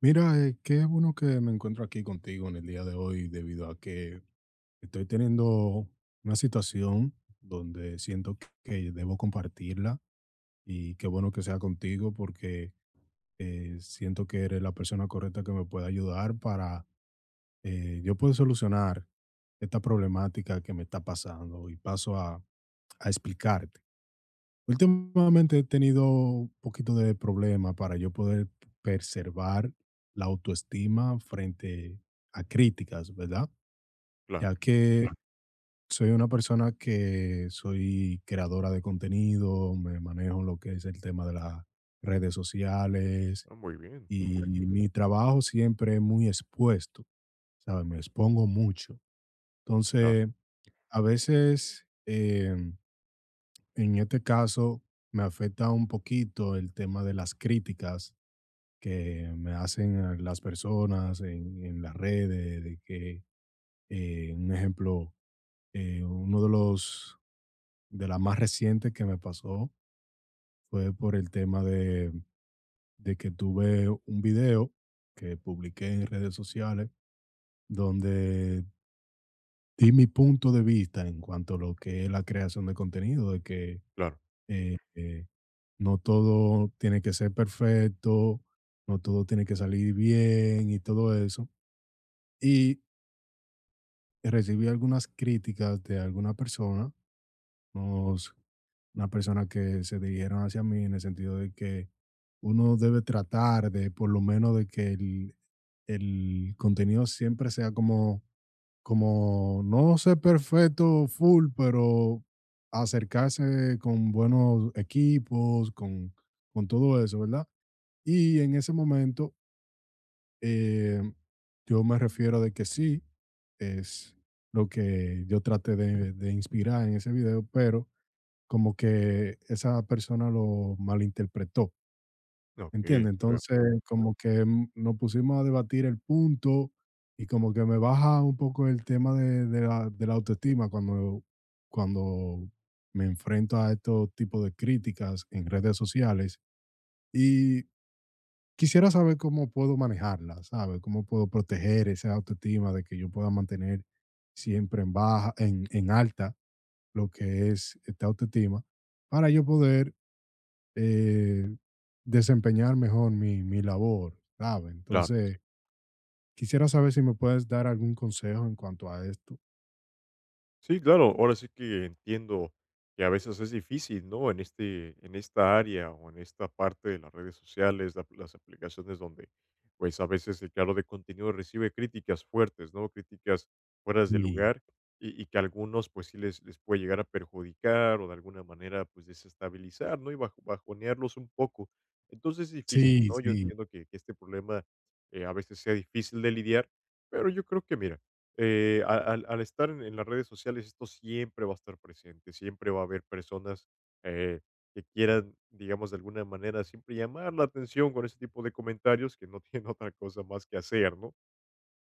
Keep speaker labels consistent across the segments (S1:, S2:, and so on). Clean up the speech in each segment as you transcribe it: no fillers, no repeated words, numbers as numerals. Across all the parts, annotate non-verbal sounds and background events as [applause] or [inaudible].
S1: Mira, qué bueno que me encuentro aquí contigo en el día de hoy debido a que estoy teniendo una situación donde siento que debo compartirla y qué bueno que sea contigo porque siento que eres la persona correcta que me puede ayudar para yo poder solucionar esta problemática que me está pasando y paso a explicarte. Últimamente he tenido un poquito de problema para yo poder preservar la autoestima frente a críticas, ¿verdad?
S2: Claro.
S1: Ya que Claro. Soy una persona que soy creadora de contenido, me manejo en lo que es el tema de las redes sociales
S2: Ah, muy bien.
S1: y mi trabajo siempre es muy expuesto, ¿sabes? Me expongo mucho.
S2: Claro,
S1: Entonces, a veces, en este caso, me afecta un poquito el tema de las críticas que me hacen a las personas en las redes, de que, un ejemplo, eh, uno de los, de las más recientes que me pasó fue por el tema de que tuve un video que publiqué en redes sociales donde di mi punto de vista en cuanto a lo que es la creación de contenido, de que
S2: claro.
S1: Eh, eh, no todo tiene que ser perfecto, no todo tiene que salir bien y todo eso. Y recibí algunas críticas de alguna persona, unos- una persona que se dirigieron hacia mí en el sentido de que uno debe tratar de, por lo menos, de que el contenido siempre sea como como no ser perfecto full, pero acercarse con buenos equipos, con todo eso, ¿verdad? Y en ese momento, eh, yo me refiero de que sí, es lo que yo traté de inspirar en ese video, pero como que esa persona lo malinterpretó.
S2: Okey,
S1: ¿Entiendes?
S2: ya veo.
S1: Entonces, como que, nos pusimos a debatir el punto y como que me baja un poco el tema de la autoestima cuando me enfrento a estos tipos de críticas en redes sociales, y quisiera saber cómo puedo manejarla, ¿sabes? Cómo puedo proteger esa autoestima de que yo pueda mantener siempre en baja en alta lo que es esta autoestima, para yo poder eh, desempeñar mejor mi labor, ¿sabes?
S2: Claro.
S1: Entonces, quisiera saber si me puedes dar algún consejo en cuanto a esto.
S2: Sí, claro, ahora sí que entiendo que a veces es difícil, ¿no? En esta área o en esta parte de las redes sociales, las aplicaciones donde, pues a veces el creador de contenido recibe críticas fuertes, ¿no? Críticas fuera de
S1: Sí,
S2: lugar y que a algunos, pues sí les puede llegar a perjudicar o de alguna manera, pues desestabilizar, ¿no? Y bajonearlos un poco. Entonces es difícil,
S1: sí,
S2: ¿no? Yo
S1: sí,
S2: entiendo que este problema a veces sea difícil de lidiar, pero yo creo que, mira, al estar en las redes sociales, esto siempre va a estar presente, siempre va a haber personas eh, que quieran, digamos, de alguna manera, siempre llamar la atención con ese tipo de comentarios que no tienen [laughs] otra cosa más que hacer, ¿no?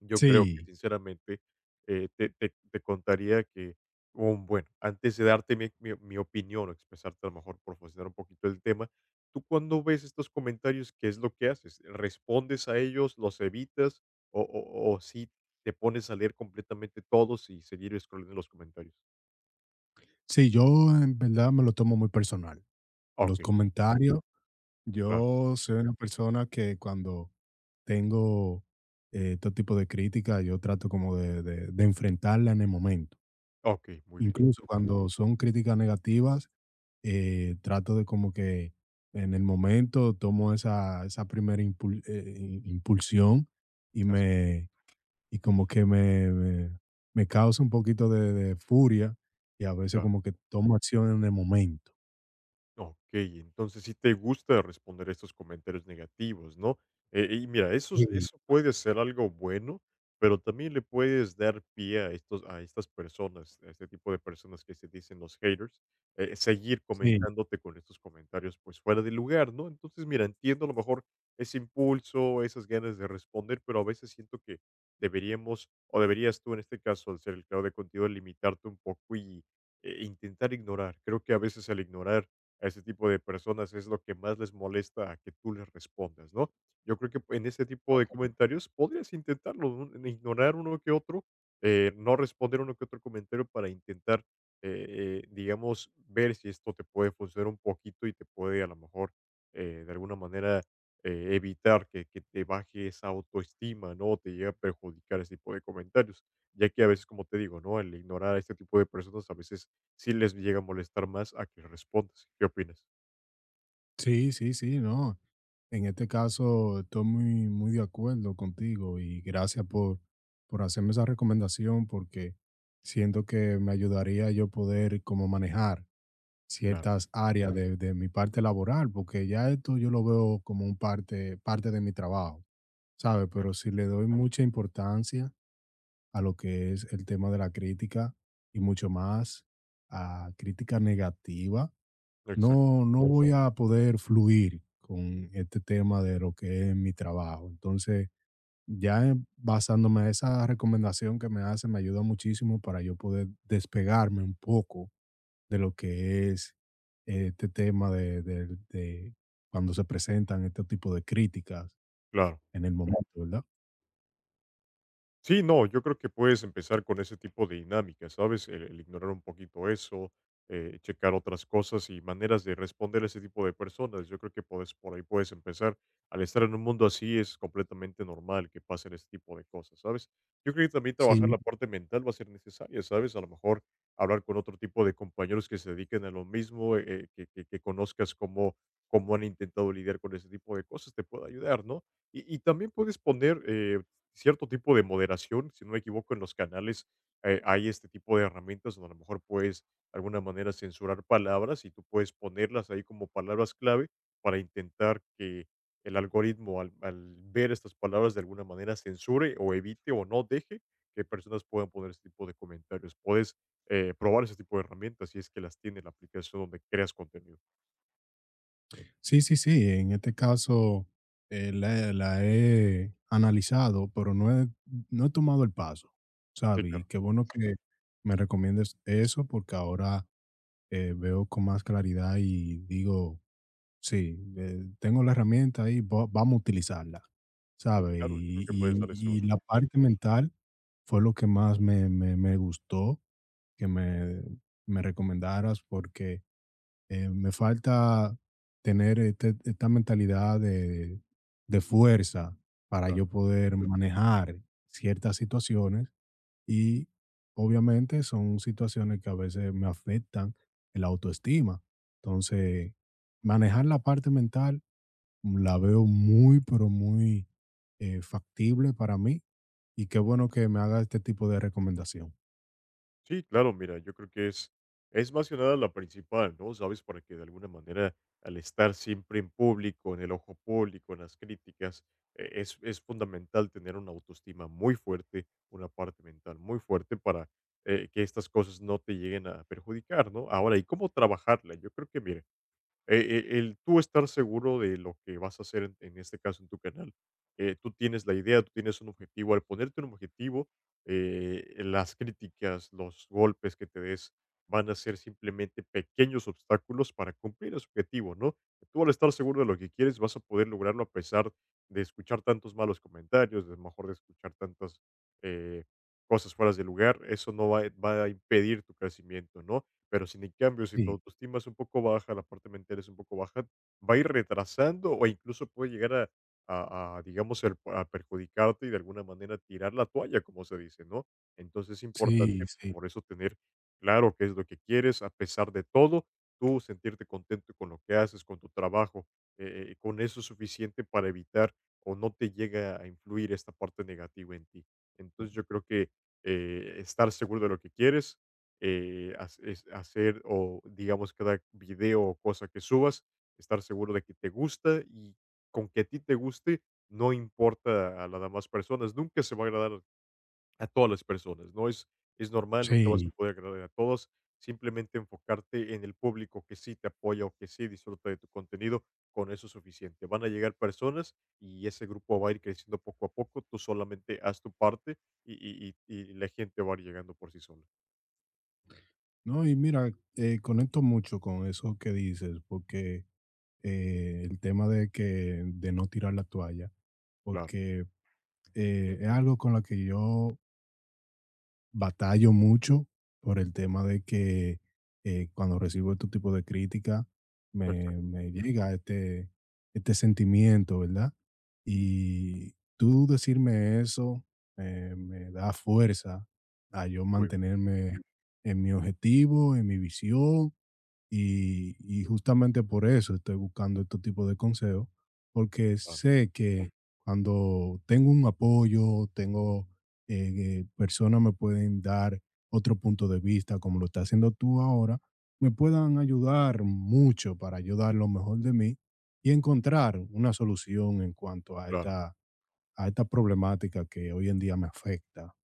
S2: Yo creo que
S1: sí,
S2: sinceramente, te contaría que, bueno, antes de darte mi opinión o expresarte a lo mejor por profundizar un poquito el tema, tú cuando ves estos comentarios, ¿qué es lo que haces? ¿Respondes a ellos, los evitas o si te pones a leer completamente todos y seguir scrolleando los comentarios?
S1: sí, yo en verdad me lo tomo muy personal.
S2: Ah,
S1: Los comentarios,
S2: claro.
S1: yo soy una persona que cuando tengo todo tipo de crítica, yo trato como de enfrentarla en el momento.
S2: Okey, muy bien.
S1: Incluso cuando son críticas negativas, trato de como que en el momento tomo esa impulsión y
S2: Así,
S1: me y como que me causa un poquito de furia y a veces
S2: claro.
S1: como que tomo acción en el momento.
S2: Ok, entonces sí te gusta responder estos comentarios negativos, ¿no? Y mira, eso,
S1: Sí,
S2: eso puede ser algo bueno, pero también le puedes dar pie a estas personas, a este tipo de personas que se dicen los haters, seguir
S1: sí,
S2: comentándote con estos comentarios pues fuera de lugar, ¿no? Entonces, mira, entiendo a lo mejor ese impulso, esas ganas de responder, pero a veces siento que deberíamos, o deberías tú en este caso, al ser el creador de contenido, limitarte un poco y intentar ignorar. Creo que a veces al ignorar a ese tipo de personas es lo que más les molesta a que tú les respondas, ¿no? Yo creo que en ese tipo de comentarios podrías intentarlo, un- en ignorar uno que otro, no responder uno que otro comentario para intentar, digamos, ver si esto te puede funcionar un poquito y te puede a lo mejor de alguna manera evitar que te baje esa autoestima, ¿no? O te llegue a perjudicar ese tipo de comentarios, ya que a veces, como te digo, ¿no? El ignorar a este tipo de personas a veces sí les llega a molestar más a que respondas. ¿Qué opinas?
S1: sí, sí, sí, no. En este caso estoy muy, muy de acuerdo contigo y gracias por hacerme esa recomendación porque siento que me ayudaría yo poder como manejar
S2: Claro,
S1: ciertas áreas de mi parte laboral, porque ya esto yo lo veo como un parte de mi trabajo, ¿sabes? Pero
S2: exacto,
S1: si le doy mucha importancia a lo que es el tema de la crítica y mucho más a crítica negativa,
S2: exacto,
S1: no voy a poder fluir con este tema de lo que es mi trabajo. Entonces, ya basándome en esa recomendación que me hace, me ayuda muchísimo para yo poder despegarme un poco de lo que es este tema de cuando se presentan este tipo de críticas
S2: claro.
S1: en el momento, ¿verdad?
S2: Sí, no, yo creo que puedes empezar con ese tipo de dinámicas, ¿sabes? El ignorar un poquito eso, checar otras cosas y maneras de responder a ese tipo de personas. Yo creo que puedes, por ahí puedes empezar. Al estar en un mundo así es completamente normal que pasen ese tipo de cosas, ¿sabes? Yo creo que también trabajar
S1: Sí,
S2: la parte mental va a ser necesaria, ¿sabes? A lo mejor hablar con otro tipo de compañeros que se dediquen a lo mismo, que conozcas cómo, cómo han intentado lidiar con ese tipo de cosas, te puede ayudar, ¿no? Y también puedes poner cierto tipo de moderación, si no me equivoco, en los canales hay este tipo de herramientas donde a lo mejor puedes de alguna manera censurar palabras y tú puedes ponerlas ahí como palabras clave para intentar que el algoritmo al ver estas palabras de alguna manera censure o evite o no deje que personas puedan poner este tipo de comentarios. Puedes probar ese tipo de herramientas si es que las tiene la aplicación donde creas contenido.
S1: sí, sí, sí. En este caso, la he analizado, pero no he tomado el paso,
S2: Sí,
S1: ¿sabes? Y
S2: claro.
S1: qué bueno que me recomiendes eso porque ahora veo con más claridad y digo, sí, tengo la herramienta ahí, vamos a utilizarla,
S2: Sí,
S1: ¿sabes?
S2: claro, yo creo
S1: Y,
S2: que puedes darle ese
S1: y
S2: uso.
S1: la parte mental fue lo que más me gustó que me recomendaras porque me falta tener esta mentalidad de fuerza para
S2: Claro,
S1: yo poder manejar ciertas situaciones y obviamente son situaciones que a veces me afectan el autoestima.
S2: así es.
S1: Entonces, manejar la parte mental la veo muy, pero muy factible para mí y qué bueno que me haga este tipo de recomendación.
S2: Sí, claro, mira, yo creo que es más que nada la principal, ¿no? Sabes, para que de alguna manera, al estar siempre en público, en el ojo público, en las críticas, es fundamental tener una autoestima muy fuerte, una parte mental muy fuerte para que estas cosas no te lleguen a perjudicar, ¿no? Ahora, ¿y cómo trabajarla? Yo creo que, mira, el tú estar seguro de lo que vas a hacer, en este caso en tu canal. Tú tienes la idea, tú tienes un objetivo. Al ponerte un objetivo, las críticas, los golpes que te des van a ser simplemente pequeños obstáculos para cumplir ese objetivo, ¿no? Tú al estar seguro de lo que quieres vas a poder lograrlo a pesar de escuchar tantos malos comentarios, de a lo mejor de escuchar tantas eh, cosas fuera de lugar. Eso no va, va a impedir tu crecimiento, ¿no? Pero sin en cambio, si tu
S1: Sí,
S2: autoestima es un poco baja, la parte mental es un poco baja, va a ir retrasando o incluso puede llegar a digamos, a perjudicarte y de alguna manera tirar la toalla, como se dice, ¿no? Entonces es
S1: sí,
S2: importante
S1: sí,
S2: por eso tener claro qué es lo que quieres, a pesar de todo, tú sentirte contento con lo que haces, con tu trabajo, con eso es suficiente para evitar o no te llega a influir esta parte negativa en ti. Entonces yo creo que estar seguro de lo que quieres, hacer o digamos cada video o cosa que subas, estar seguro de que te gusta y con que a ti te guste, no importa a las demás personas, nunca se va a agradar a todas las personas, ¿no? Es normal, nunca vas a
S1: sí.
S2: poder agradar a todos, simplemente enfocarte en el público que sí te apoya o que sí disfruta de tu contenido, con eso es suficiente. Van a llegar personas y ese grupo va a ir creciendo poco a poco, tú solamente haz tu parte y, y la gente va a ir llegando por sí sola.
S1: No, y mira, conecto mucho con eso que dices, porque el tema de que de no tirar la toalla,
S2: Claro,
S1: porque es algo con lo que yo batallo mucho por el tema de que cuando recibo este tipo de crítica
S2: exacto.
S1: me llega este sentimiento, ¿verdad? Y tú decirme eso me da fuerza a yo
S2: Muy bien,
S1: mantenerme en mi objetivo, en mi visión y justamente por eso estoy buscando este tipo de consejos, porque
S2: claro,
S1: sé que cuando tengo un apoyo, tengo que personas me pueden dar otro punto de vista, como lo está haciendo tú ahora, me puedan ayudar mucho para ayudar lo mejor de mí y encontrar una solución en cuanto
S2: claro.
S1: a esta problemática que hoy en día me afecta.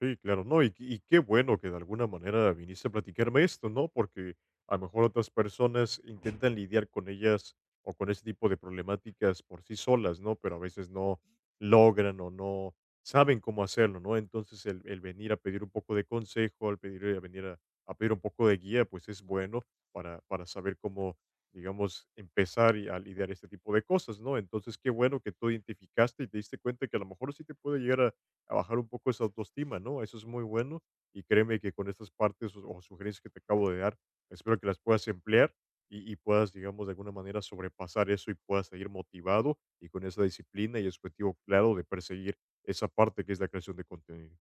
S2: Sí, claro, ¿no? Y qué bueno que de alguna manera viniste a platicarme esto, ¿no? Porque a lo mejor otras personas intentan lidiar con ellas o con ese tipo de problemáticas por sí solas, ¿no? Pero a veces no logran o no saben cómo hacerlo, ¿no? Entonces el venir a pedir un poco de consejo, al pedir, a venir a pedir un poco de guía, pues es bueno para saber cómo, digamos, empezar y a lidiar este tipo de cosas, ¿no? Entonces qué bueno que tú identificaste y te diste cuenta que a lo mejor sí te puede llegar a bajar un poco esa autoestima, ¿no? Eso es muy bueno y créeme que con estas partes o sugerencias que te acabo de dar, espero que las puedas emplear y puedas, digamos, de alguna manera sobrepasar eso y puedas seguir motivado y con esa disciplina y ese objetivo claro de perseguir esa parte que es la creación de contenido.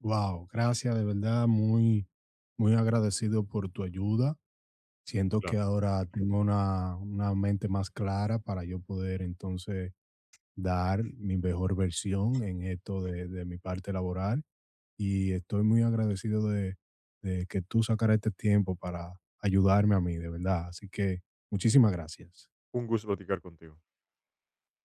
S1: Wow, gracias, de verdad, muy, muy agradecido por tu ayuda. Siento que
S2: Claro,
S1: ahora tengo una mente más clara para yo poder entonces dar mi mejor versión en esto de mi parte laboral y estoy muy agradecido de que tú sacaras este tiempo para ayudarme a mí, de verdad. Así que muchísimas gracias.
S2: un gusto platicar contigo.